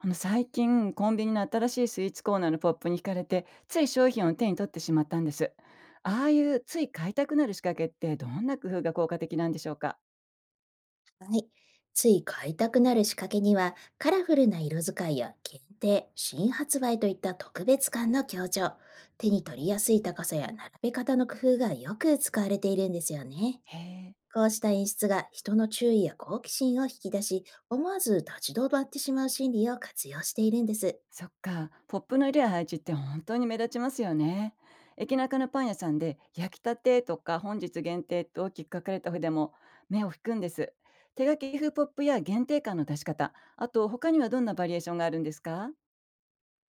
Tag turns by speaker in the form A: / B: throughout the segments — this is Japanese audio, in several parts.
A: 最近コンビニの新しいスイーツコーナーのポップに惹かれてつい商品を手に取ってしまったんです。ああいうつい買いたくなる仕掛けってどんな工夫が効果的なんでしょうか？
B: はい。つい買いたくなる仕掛けには、カラフルな色使いや限定、新発売といった特別感の強調、手に取りやすい高さや並べ方の工夫がよく使われているんですよね。
A: へえ。
B: こうした演出が人の注意や好奇心を引き出し、思わず立ち止まってしまう心理を活用しているんです。
A: そっか。ポップの入れや配置って本当に目立ちますよね。駅中のパン屋さんで焼きたてとか本日限定と大きく書かれた筆も目を引くんです。手書き風ポップや限定感の出し方、あと他にはどんなバリエーションがあるんですか？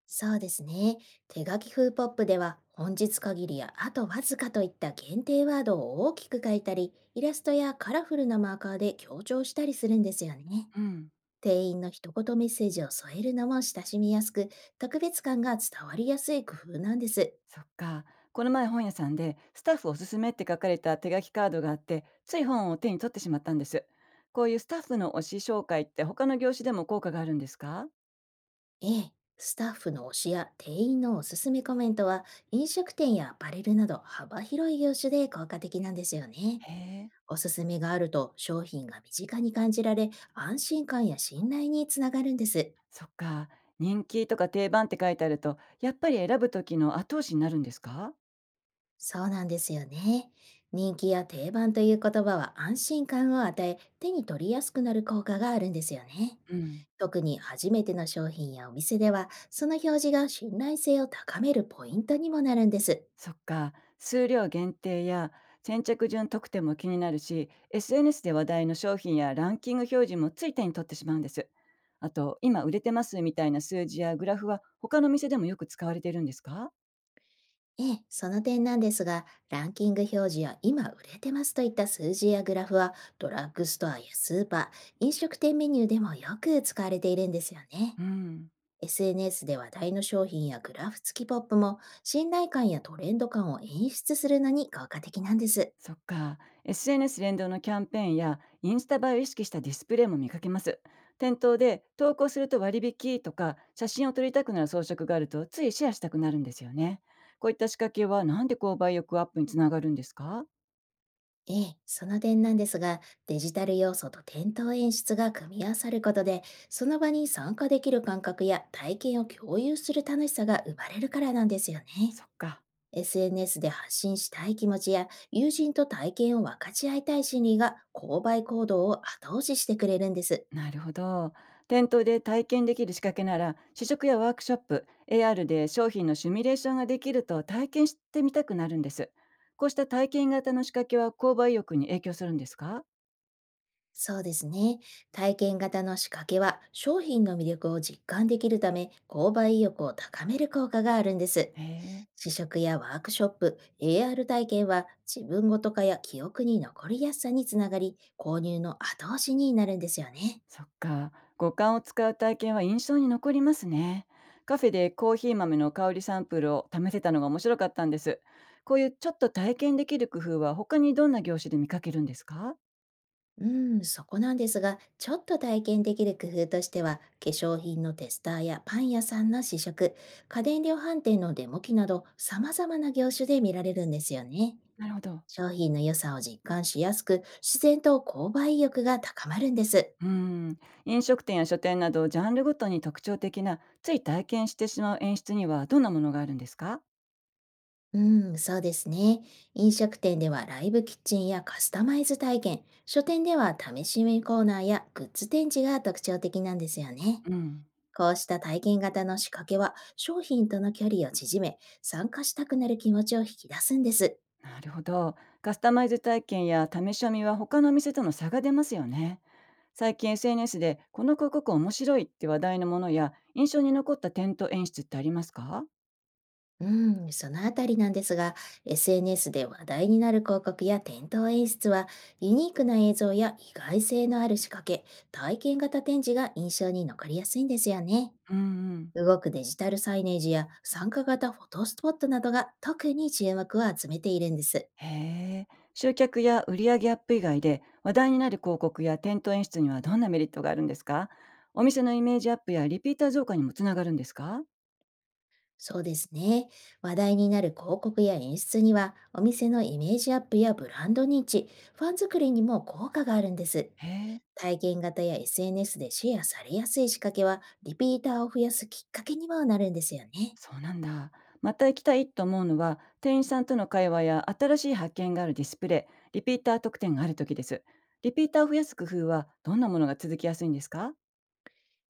B: そうですね。手書き風ポップでは、本日限りやあとわずかといった限定ワードを大きく書いたり、イラストやカラフルなマーカーで強調したりするんですよね。
A: うん。
B: 店員の一言メッセージを添えるのも親しみやすく、特別感が伝わりやすい工夫なんです。
A: そっか。この前本屋さんでスタッフおすすめって書かれた手書きカードがあって、つい本を手に取ってしまったんです。こういうスタッフの推し紹介って他の業種でも効果があるんですか？
B: ええ、スタッフの推しや店員のおすすめコメントは、飲食店やアパレルなど幅広い業種で効果的なんですよね。
A: へえ、
B: おすすめがあると商品が身近に感じられ、安心感や信頼につながるんです。
A: そっか。人気とか定番って書いてあると、やっぱり選ぶ時の後押しになるんですか？
B: そうなんですよね。人気や定番という言葉は安心感を与え、手に取りやすくなる効果があるんですよね。
A: うん。
B: 特に初めての商品やお店では、その表示が信頼性を高めるポイントにもなるんです。
A: そっか、数量限定や先着順特典も気になるし、SNS で話題の商品やランキング表示もつい手に取ってしまうんです。あと、今売れてますみたいな数字やグラフは他の店でもよく使われているんですか？
B: ええ、その点なんですが、ランキング表示や今売れてますといった数字やグラフは、ドラッグストアやスーパー、飲食店メニューでもよく使われているんですよね。
A: うん、
B: SNS で話題の商品やグラフ付きポップも、信頼感やトレンド感を演出するのに効果的なんです。
A: そっか。SNS 連動のキャンペーンやインスタ映えを意識したディスプレイも見かけます。店頭で投稿すると割引とか、写真を撮りたくなる装飾があるとついシェアしたくなるんですよね。こういった仕掛けはなんで購買欲アップにつながるんですか？
B: ええ、その点なんですが、デジタル要素と店頭演出が組み合わさることで、その場に参加できる感覚や体験を共有する楽しさが生まれるからなんですよね。
A: そっか。
B: SNS で発信したい気持ちや友人と体験を分かち合いたい心理が購買行動を後押ししてくれるんです。
A: なるほど。店頭で体験できる仕掛けなら、試食やワークショップ、AR で商品のシミュレーションができると体験してみたくなるんです。こうした体験型の仕掛けは購買意欲に影響するんですか？
B: そうですね。体験型の仕掛けは商品の魅力を実感できるため、購買意欲を高める効果があるんです。
A: へえ。
B: 試食やワークショップ、AR 体験は、自分ごと化や記憶に残りやすさにつながり、購入の後押しになるんですよね。
A: そっか。五感を使う体験は印象に残りますね。カフェでコーヒー豆の香りサンプルを試せたのが面白かったんです。こういうちょっと体験できる工夫は他にどんな業種で見かけるんですか？
B: うん、そこなんですが、ちょっと体験できる工夫としては、化粧品のテスターやパン屋さんの試食、家電量販店のデモ機など、様々な業種で見られるんですよね。
A: なるほど。
B: 商品の良さを実感しやすく、自然と購買意欲が高まるんです。
A: うん、飲食店や書店などジャンルごとに特徴的なつい体験してしまう演出にはどんなものがあるんですか？
B: うん、そうですね。飲食店ではライブキッチンやカスタマイズ体験、書店では試し見コーナーやグッズ展示が特徴的なんですよね。
A: うん、
B: こうした体験型の仕掛けは商品との距離を縮め、参加したくなる気持ちを引き出すんです。
A: なるほど。カスタマイズ体験や試し読みは他の店との差が出ますよね。最近 SNS でこの広告面白いって話題のものや印象に残った点と演出ってありますか？
B: うん、そのあたりなんですが、SNS で話題になる広告や店頭演出は、ユニークな映像や意外性のある仕掛け、体験型展示が印象に残りやすいんですよね。
A: うんうん。
B: 動くデジタルサイネージや参加型フォトスポットなどが特に注目を集めているんです。
A: へえ。集客や売上アップ以外で話題になる広告や店頭演出にはどんなメリットがあるんですか？お店のイメージアップやリピーター増加にもつながるんですか？
B: そうですね。話題になる広告や演出には、お店のイメージアップやブランド認知、ファン作りにも効果があるんです。
A: へえ、
B: 体験型や SNS でシェアされやすい仕掛けは、リピーターを増やすきっかけにもなるんですよね。
A: そうなんだ。また行きたいと思うのは、店員さんとの会話や新しい発見があるディスプレイ、リピーター特典がある時です。リピーターを増やす工夫はどんなものが続きやすいんですか？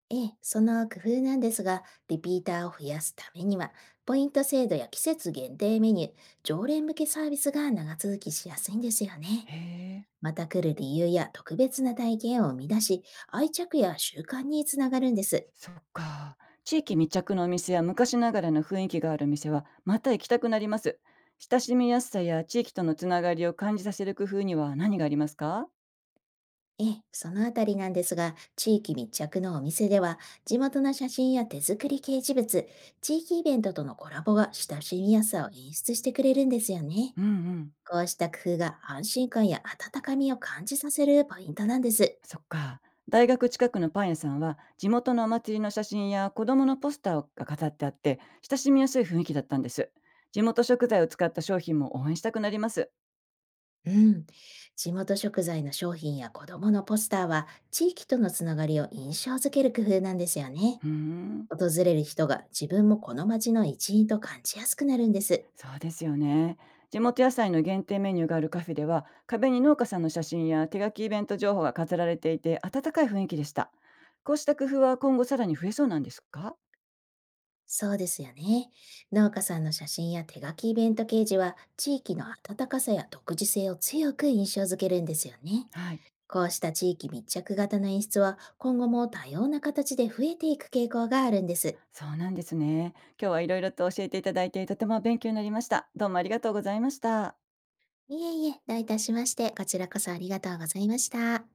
B: ええ、その工夫なんですが、リピーターを増やすためには、ポイント制度や季節限定メニュー、常連向けサービスが長続きしやすいんですよね。
A: へえ、
B: また来る理由や特別な体験を生み出し、愛着や習慣につながるんです。
A: そっか。地域密着のお店や昔ながらの雰囲気がある店は、また行きたくなります。親しみやすさや地域とのつながりを感じさせる工夫には何がありますか？
B: ええ、そのあたりなんですが、地域密着のお店では、地元の写真や手作り掲示物、地域イベントとのコラボが親しみやすさを演出してくれるんですよね。
A: うんうん。
B: こうした工夫が安心感や温かみを感じさせるポイントなんです。
A: そっか。大学近くのパン屋さんは地元のお祭りの写真や子供のポスターが飾ってあって親しみやすい雰囲気だったんです。地元食材を使った商品も応援したくなります。
B: うん。地元食材の商品や子供のポスターは、地域とのつながりを印象づける工夫なんですよね。
A: うーん、
B: 訪れる人が自分もこの街の一員と感じやすくなるんです。
A: そうですよね。地元野菜の限定メニューがあるカフェでは壁に農家さんの写真や手書きイベント情報が飾られていて温かい雰囲気でした。こうした工夫は今後さらに増えそうなんですか？
B: そうですよね。農家さんの写真や手書きイベント掲示は、地域の温かさや独自性を強く印象づけるんですよね。
A: はい。
B: こうした地域密着型の演出は今後も多様な形で増えていく傾向があるんです。
A: そうなんですね。今日はいろいろと教えていただいてとても勉強になりました。どうもありがとうございました。
B: いえいえ、どういたしまして、こちらこそありがとうございました。